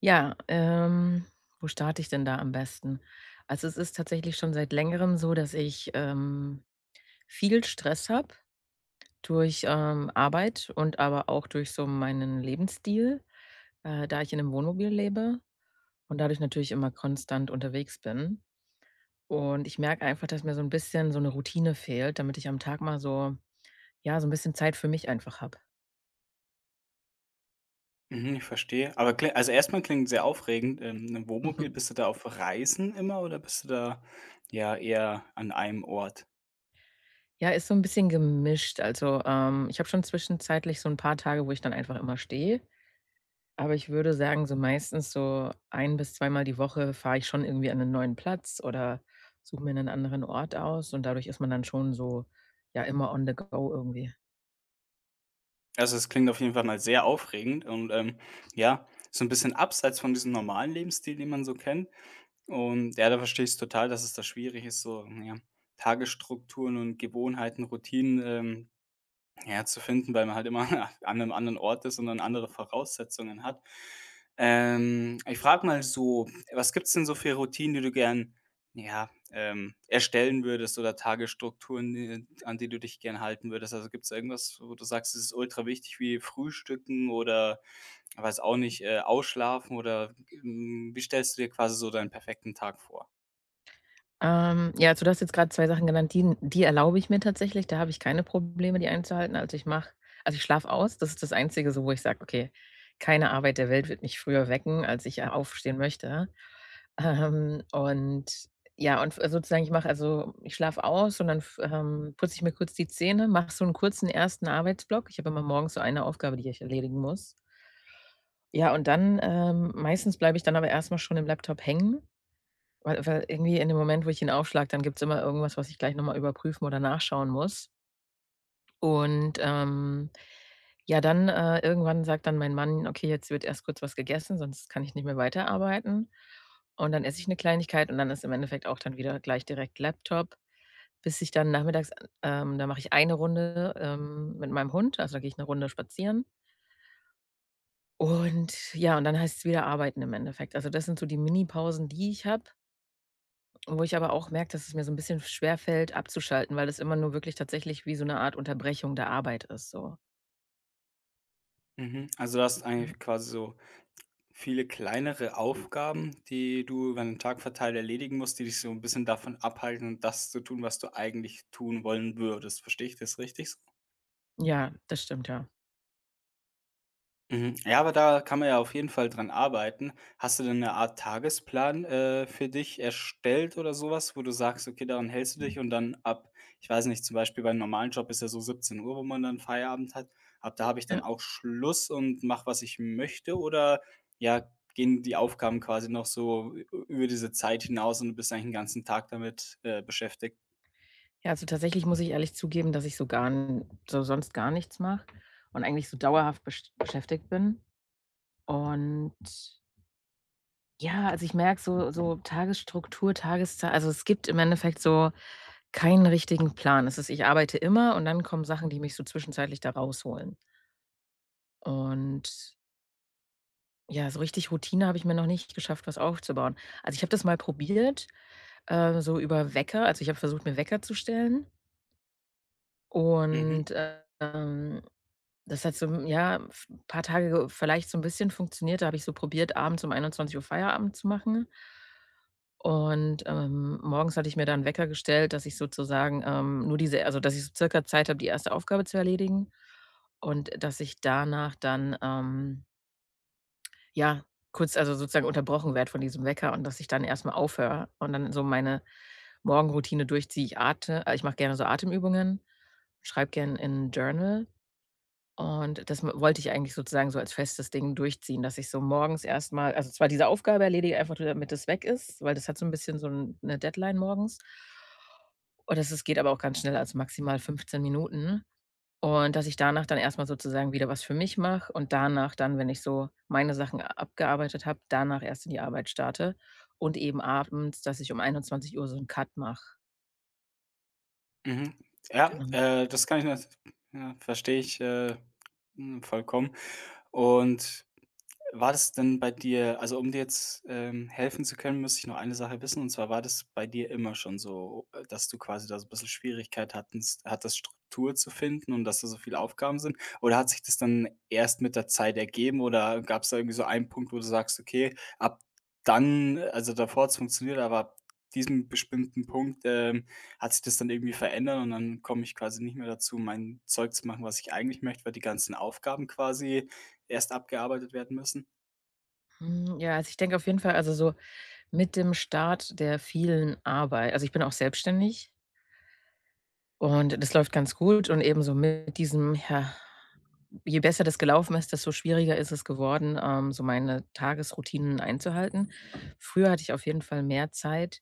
Ja, wo starte ich denn da am besten? Also, es ist tatsächlich schon seit Längerem so, dass ich, viel Stress habe durch, Arbeit und aber auch durch so meinen Lebensstil, da ich in einem Wohnmobil lebe und dadurch natürlich immer konstant unterwegs bin. Und ich merke einfach, dass mir so ein bisschen so eine Routine fehlt, damit ich am Tag mal so, ja, so ein bisschen Zeit für mich einfach habe. Mhm, ich verstehe. Aber kli also erstmal klingt sehr aufregend. 'Nen Wohnmobil, Mhm. bist du da auf Reisen immer oder bist du da, ja, eher an einem Ort? Ja, ist so ein bisschen gemischt. Also, ich habe schon zwischenzeitlich so ein paar Tage, wo ich dann einfach immer stehe. Aber ich würde sagen, so meistens so ein bis zweimal die Woche fahre ich schon irgendwie an einen neuen Platz oder suche mir einen anderen Ort aus und dadurch ist man dann schon so, ja, immer on the go irgendwie. Also, es klingt auf jeden Fall mal sehr aufregend und, ja, so ein bisschen abseits von diesem normalen Lebensstil, den man so kennt. Und ja, da verstehe ich's total, dass es da schwierig ist, so, ja, Tagesstrukturen und Gewohnheiten, Routinen, ja, zu finden, weil man halt immer an einem anderen Ort ist und dann andere Voraussetzungen hat. Ich frage mal so, was gibt's denn so für Routinen, die du gern, ja, erstellen würdest, oder Tagesstrukturen, die an die du dich gern halten würdest? Also, gibt's da irgendwas, wo du sagst, es ist ultra wichtig, wie Frühstücken oder weiß auch nicht, Ausschlafen oder, wie stellst du dir quasi so deinen perfekten Tag vor? Ja, also, du hast jetzt gerade 2 Sachen genannt, die die erlaube ich mir tatsächlich, da habe ich keine Probleme, die einzuhalten. Also, ich schlafe aus, das ist das Einzige so, wo ich sage: „Okay, keine Arbeit der Welt wird mich früher wecken, als ich, aufstehen möchte.“ Ähm, und ja, und f sozusagen, ich mache also, ich schlafe aus und dann f putze ich mir kurz die Zähne, mache so einen kurzen ersten Arbeitsblock. Ich habe immer morgens so eine Aufgabe, die ich erledigen muss. Ja, und dann, meistens bleibe ich dann aber erstmal schon im Laptop hängen, weil irgendwie in dem Moment, wo ich ihn aufschlage, dann gibt's immer irgendwas, was ich gleich noch mal überprüfen oder nachschauen muss. Und, ja, dann, irgendwann sagt dann mein Mann: „Okay, jetzt wird erst kurz was gegessen, sonst kann ich nicht mehr weiterarbeiten.“ Und dann esse ich eine Kleinigkeit und dann ist im Endeffekt auch dann wieder gleich direkt Laptop, bis ich dann nachmittags da mache ich eine Runde, mit meinem Hund, also, da gehe ich eine Runde spazieren. Und ja, und dann heißt es wieder arbeiten im Endeffekt. Also, das sind so die Minipausen, die ich habe, wo ich aber auch merke, dass es mir so ein bisschen schwerfällt, abzuschalten, weil es immer nur wirklich tatsächlich wie so eine Art Unterbrechung der Arbeit ist so. Mhm. Also, du hast Ja. eigentlich quasi so viele kleinere Aufgaben, die du über den Tag verteilt erledigen musst, die dich so ein bisschen davon abhalten, das zu tun, was du eigentlich tun wollen würdest. Verstehe ich das richtig so? Ja, das stimmt, ja. Mhm. Ja, aber da kann man ja auf jeden Fall dran arbeiten. Hast du denn eine Art Tagesplan, für dich erstellt oder sowas, wo du sagst: „Okay, daran hältst du dich“, und dann ab ich weiß nicht, zum Beispiel beim normalen Job ist ja so 17 Uhr, wo man dann Feierabend hat. Ab da habe ich dann Ja. auch Schluss und mache, was ich möchte, oder, ja, gehen die Aufgaben quasi noch so ü über diese Zeit hinaus und du bist eigentlich den ganzen Tag damit, beschäftigt? Ja, also tatsächlich muss ich ehrlich zugeben, dass ich so gar n so sonst gar nichts mache und eigentlich so dauerhaft beschäftigt bin. Und ja, also ich merke Tagesstruktur, Tageszei also es gibt im Endeffekt so keinen richtigen Plan. Es ist Ich arbeite immer und dann kommen Sachen, die mich so zwischenzeitlich da rausholen. Und ja, so richtig Routine habe ich mir noch nicht geschafft, was aufzubauen. Also ich habe das mal probiert, so über Wecker, also ich habe versucht, mir Wecker zu stellen. Mhm, Und, das hat so, ja, v paar Tage vielleicht so ein bisschen funktioniert. Da habe ich so probiert, abends um 21 Uhr Feierabend zu machen. Und, morgens hatte ich mir dann Wecker gestellt, dass ich sozusagen, nur diese, also dass ich so circa Zeit habe, die erste Aufgabe zu erledigen, und dass ich danach dann, ja, kurz, also sozusagen, unterbrochen werde von diesem Wecker und dass ich dann erst mal aufhöre und dann so meine Morgenroutine durchziehe. Ich atme ich mache gerne so Atemübungen, schreibe gerne in 'n Journal, und das m wollte ich eigentlich sozusagen so als festes Ding durchziehen, dass ich so morgens erst mal, also zwar diese Aufgabe erledige, einfach nur damit es weg ist, weil das hat so ein bisschen so 'n 'ne Deadline morgens. Und das Es geht aber auch ganz schnell, also maximal 15 Minuten. Und dass ich danach dann erstmal sozusagen wieder was für mich mache und danach dann, wenn ich so meine Sachen abgearbeitet habe, danach erst in die Arbeit starte und eben abends, dass ich um 21 Uhr so 'n Cut mache. mhm. Ja, Genau. Das kann ich nat ja, verstehe ich, vollkommen. Und war das denn bei dir, also, um dir jetzt, helfen zu können, müsste ich noch eine Sache wissen, und zwar: war das bei dir immer schon so, dass du quasi da so ein bisschen Schwierigkeit hattest, Struktur zu finden, und dass da so viele Aufgaben sind? Oder hat sich das dann erst mit der Zeit ergeben, oder gab's da irgendwie so einen Punkt, wo du sagst: „Okay, ab dann also, davor hat es funktioniert, aber ab diesem bestimmten Punkt, hat sich das dann irgendwie verändert und dann komme ich quasi nicht mehr dazu, mein Zeug zu machen, was ich eigentlich möchte, weil die ganzen Aufgaben quasi erst abgearbeitet werden müssen?“ Ja, also, ich denke auf jeden Fall, also so mit dem Start der vielen Arbeit, also, ich bin auch selbstständig. Und das läuft ganz gut und ebenso mit diesem, ja, je besser das gelaufen ist, desto schwieriger ist es geworden, so meine Tagesroutinen einzuhalten. Früher hatte ich auf jeden Fall mehr Zeit,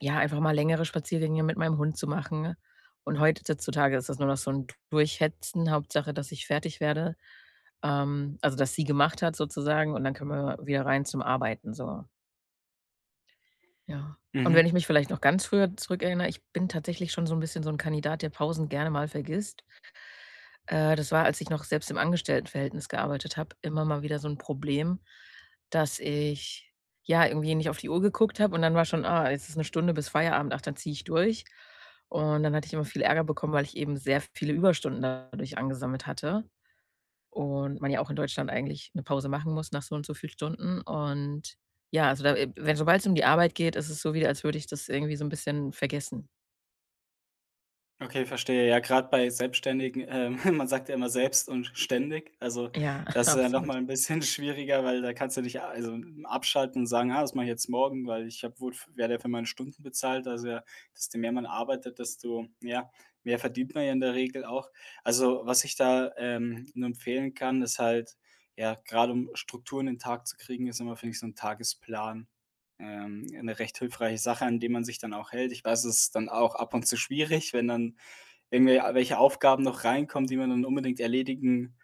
ja, einfach mal längere Spaziergänge mit meinem Hund zu machen. Und heutzutage ist das nur noch so ein Durchhetzen, Hauptsache, dass ich fertig werde, also, dass sie gemacht hat sozusagen, und dann können wir wieder rein zum Arbeiten, so, ja. Und Mhm. wenn ich mich vielleicht noch ganz früher zurückerinnere, ich bin tatsächlich schon so ein bisschen so ein Kandidat, der Pausen gerne mal vergisst. Das war, als ich noch selbst im Angestelltenverhältnis gearbeitet habe, immer mal wieder so 'n Problem, dass ich, ja, irgendwie nicht auf die Uhr geguckt habe und dann war schon: „Ah, jetzt ist 'ne Stunde bis Feierabend. Ach, dann ziehe ich durch.“ Und dann hatte ich immer viel Ärger bekommen, weil ich eben sehr viele Überstunden dadurch angesammelt hatte und man ja auch in Deutschland eigentlich 'ne Pause machen muss nach so und so viel Stunden. Und ja, also da, wenn sobald's um die Arbeit geht, ist es so wieder, als würde ich das irgendwie so 'n bisschen vergessen. Okay, verstehe. Ja, gerade bei Selbstständigen, man sagt ja immer selbst und ständig. Also Ja, das ist ja noch absolut. mal 'n bisschen schwieriger, weil da kannst du dich also abschalten und sagen: „Ah, das mache ich jetzt morgen, weil ich habe wurde werde ja für meine Stunden bezahlt.“ Also ja, desto mehr man arbeitet, desto, ja, mehr verdient man ja in der Regel auch. Also, was ich da, nur empfehlen kann, ist halt, ja, gerade um Strukturen in den Tag zu kriegen, ist immer, finde ich, so ein Tagesplan, 'ne recht hilfreiche Sache, an die man sich dann auch hält. Ich weiß, es ist dann auch ab und zu schwierig, wenn dann irgendwelche Aufgaben noch reinkommen, die man dann unbedingt erledigen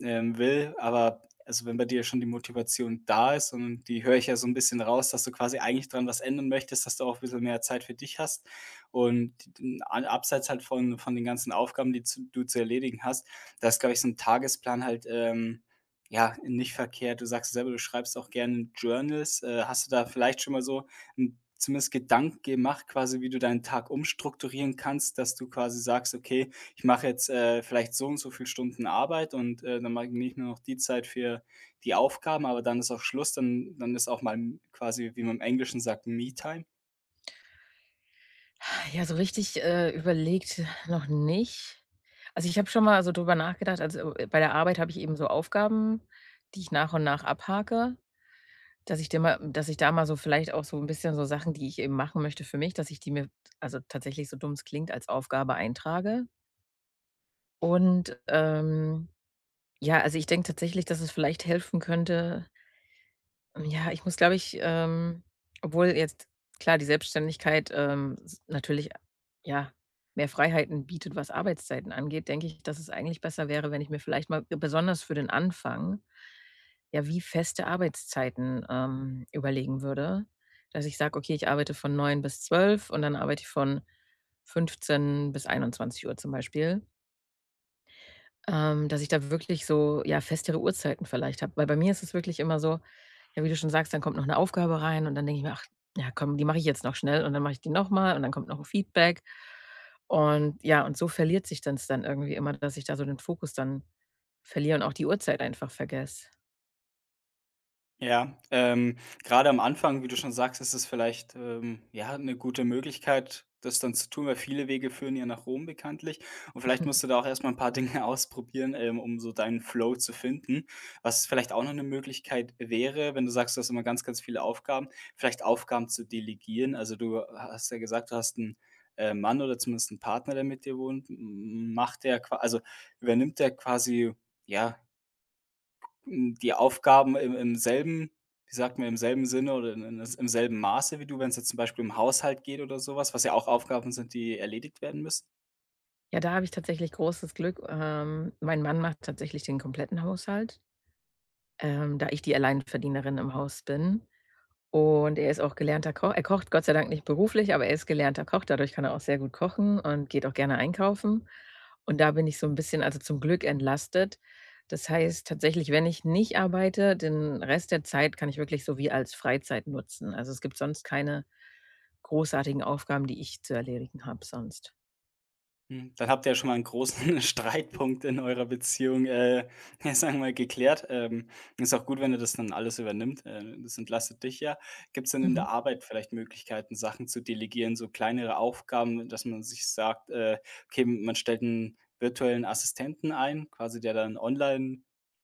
will, aber, also, wenn bei dir schon die Motivation da ist, und die höre ich ja so ein bisschen raus, dass du quasi eigentlich dran was ändern möchtest, dass du auch ein bisschen mehr Zeit für dich hast und d a abseits halt von den ganzen Aufgaben, die zu du zu erledigen hast, da ist, glaube ich, so ein Tagesplan halt, ja, nicht verkehrt. Du sagst selber, du schreibst auch gerne Journals. Hast du da vielleicht schon mal so 'n zumindest Gedanken gemacht quasi, wie du deinen Tag umstrukturieren kannst, dass du quasi sagst: „Okay, ich mache jetzt, vielleicht so und so viel Stunden Arbeit und, dann mache ich nicht nur noch die Zeit für die Aufgaben, aber dann ist auch Schluss, dann ist auch mal quasi, wie man im Englischen sagt, Me-Time.“ Ja, so richtig, überlegt noch nicht. Also, ich habe schon mal so drüber nachgedacht, also, bei der Arbeit habe ich eben so Aufgaben, die ich nach und nach abhake, dass ich da mal so vielleicht auch so ein bisschen so Sachen, die ich eben machen möchte für mich, dass ich die mir, also tatsächlich, so dumm es klingt, als Aufgabe eintrage. Und, ja, also, ich denke tatsächlich, dass es vielleicht helfen könnte. Ja, ich muss, glaube ich, obwohl jetzt klar die Selbstständigkeit, s natürlich, ja, mehr Freiheiten bietet, was Arbeitszeiten angeht, denke ich, dass es eigentlich besser wäre, wenn ich mir vielleicht mal, besonders für den Anfang, ja, wie feste Arbeitszeiten, überlegen würde, dass ich sage: „Okay, ich arbeite von 9 bis 12 und dann arbeite ich von 15 bis 21 Uhr zum Beispiel.“ Dass ich da wirklich so, ja, festere Uhrzeiten vielleicht habe. Weil bei mir ist es wirklich immer so, ja, wie du schon sagst, dann kommt noch eine Aufgabe rein und dann denke ich mir: „Ach, ja komm, die mache ich jetzt noch schnell und dann mache ich die noch mal und dann kommt noch 'n Feedback.“ Und ja, und so verliert sich das dann irgendwie immer, dass ich da so den Fokus dann verliere und auch die Uhrzeit einfach vergesse. Ja, grade am Anfang, wie du schon sagst, ist es vielleicht, ja, eine gute Möglichkeit, das dann zu tun, weil viele Wege führen ja nach Rom bekanntlich. Und vielleicht musst du da auch erst mal 'n paar Dinge ausprobieren, um so deinen Flow zu finden. Was vielleicht auch noch eine Möglichkeit wäre, wenn du sagst, du hast immer ganz, ganz viele Aufgaben, vielleicht Aufgaben zu delegieren. Also, du hast ja gesagt, du hast einen Mann, oder zumindest einen Partner, der mit dir wohnt. M macht der qua also, übernimmt der quasi, ja, die Aufgaben im selben, wie sagt man, im selben Sinne oder in s im selben Maße wie du, wenn es jetzt zum Beispiel im Haushalt geht oder sowas, was ja auch Aufgaben sind, die erledigt werden müssen? Ja, da habe ich tatsächlich großes Glück. Mein Mann macht tatsächlich den kompletten Haushalt, da ich die Alleinverdienerin im Haus bin. Und er ist auch gelernter Koch. Er kocht Gott sei Dank nicht beruflich, aber er ist gelernter Koch. Dadurch kann er auch sehr gut kochen und geht auch gerne einkaufen. Und da bin ich so ein bisschen, also zum Glück, entlastet. Das heißt tatsächlich, wenn ich nicht arbeite, den Rest der Zeit kann ich wirklich so wie als Freizeit nutzen. Also, es gibt sonst keine großartigen Aufgaben, die ich zu erledigen habe sonst. Hm, dann habt ihr ja schon mal einen großen Streitpunkt in eurer Beziehung, ja, sagen wir mal, geklärt. Ist auch gut, wenn er das dann alles übernimmt. Das entlastet dich ja. Gibt es denn in Mhm. der Arbeit vielleicht Möglichkeiten, Sachen zu delegieren, so kleinere Aufgaben, dass man sich sagt, okay, man stellt einen virtuellen Assistenten ein, quasi der dann online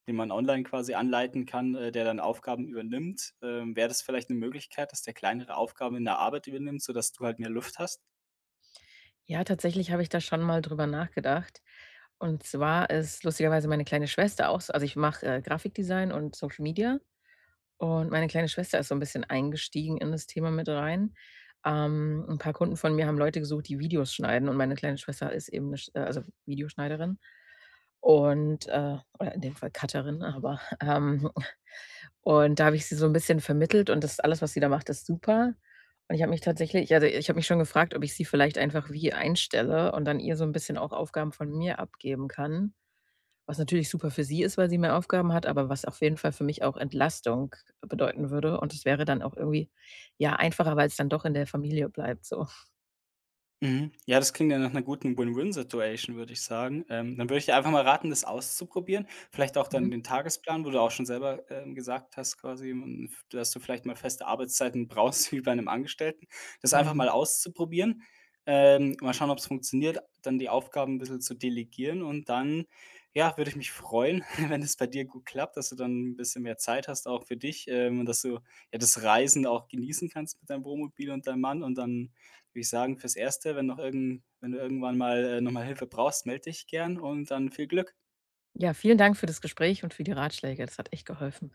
den man online quasi anleiten kann, der dann Aufgaben übernimmt? Wäre das vielleicht eine Möglichkeit, dass der kleinere Aufgaben in der Arbeit übernimmt, sodass du halt mehr Luft hast? Ja, tatsächlich habe ich da schon mal drüber nachgedacht. Und zwar ist lustigerweise meine kleine Schwester auch so, also, ich mache, Grafikdesign und Social Media. Und meine kleine Schwester ist so ein bisschen eingestiegen in das Thema mit rein. 'N paar Kunden von mir haben Leute gesucht, die Videos schneiden, und meine kleine Schwester ist eben 'ne Sch also Videoschneiderin und, oder in dem Fall Cutterin, aber, und da habe ich sie so ein bisschen vermittelt und das alles, was sie da macht, ist super. Und ich habe mich tatsächlich, also ich habe mich schon gefragt, ob ich sie vielleicht einfach wie einstelle und dann ihr so ein bisschen auch Aufgaben von mir abgeben kann. Was natürlich super für sie ist, weil sie mehr Aufgaben hat, aber was auf jeden Fall für mich auch Entlastung bedeuten würde. Und es wäre dann auch irgendwie, ja, einfacher, weil es dann doch in der Familie bleibt so. Mhm. Ja, das klingt ja nach einer guten Win-Win-Situation, würde ich sagen. Dann würde ich dir einfach mal raten, das auszuprobieren. Vielleicht auch Mhm. dann den Tagesplan, wo du auch schon selber, gesagt hast quasi, dass du vielleicht mal feste Arbeitszeiten brauchst wie bei einem Angestellten. Das einfach Mhm. mal auszuprobieren, mal schauen, ob es funktioniert, dann die Aufgaben ein bisschen zu delegieren, und dann, ja, würde ich mich freuen, wenn es bei dir gut klappt, dass du dann ein bisschen mehr Zeit hast auch für dich, und dass du, ja, das Reisen auch genießen kannst mit deinem Wohnmobil und deinem Mann, und dann würde ich sagen, fürs Erste, wenn noch irgend wenn du irgendwann mal, noch Hilfe brauchst, melde dich gern, und dann viel Glück. Ja, vielen Dank für das Gespräch und für die Ratschläge. Das hat echt geholfen.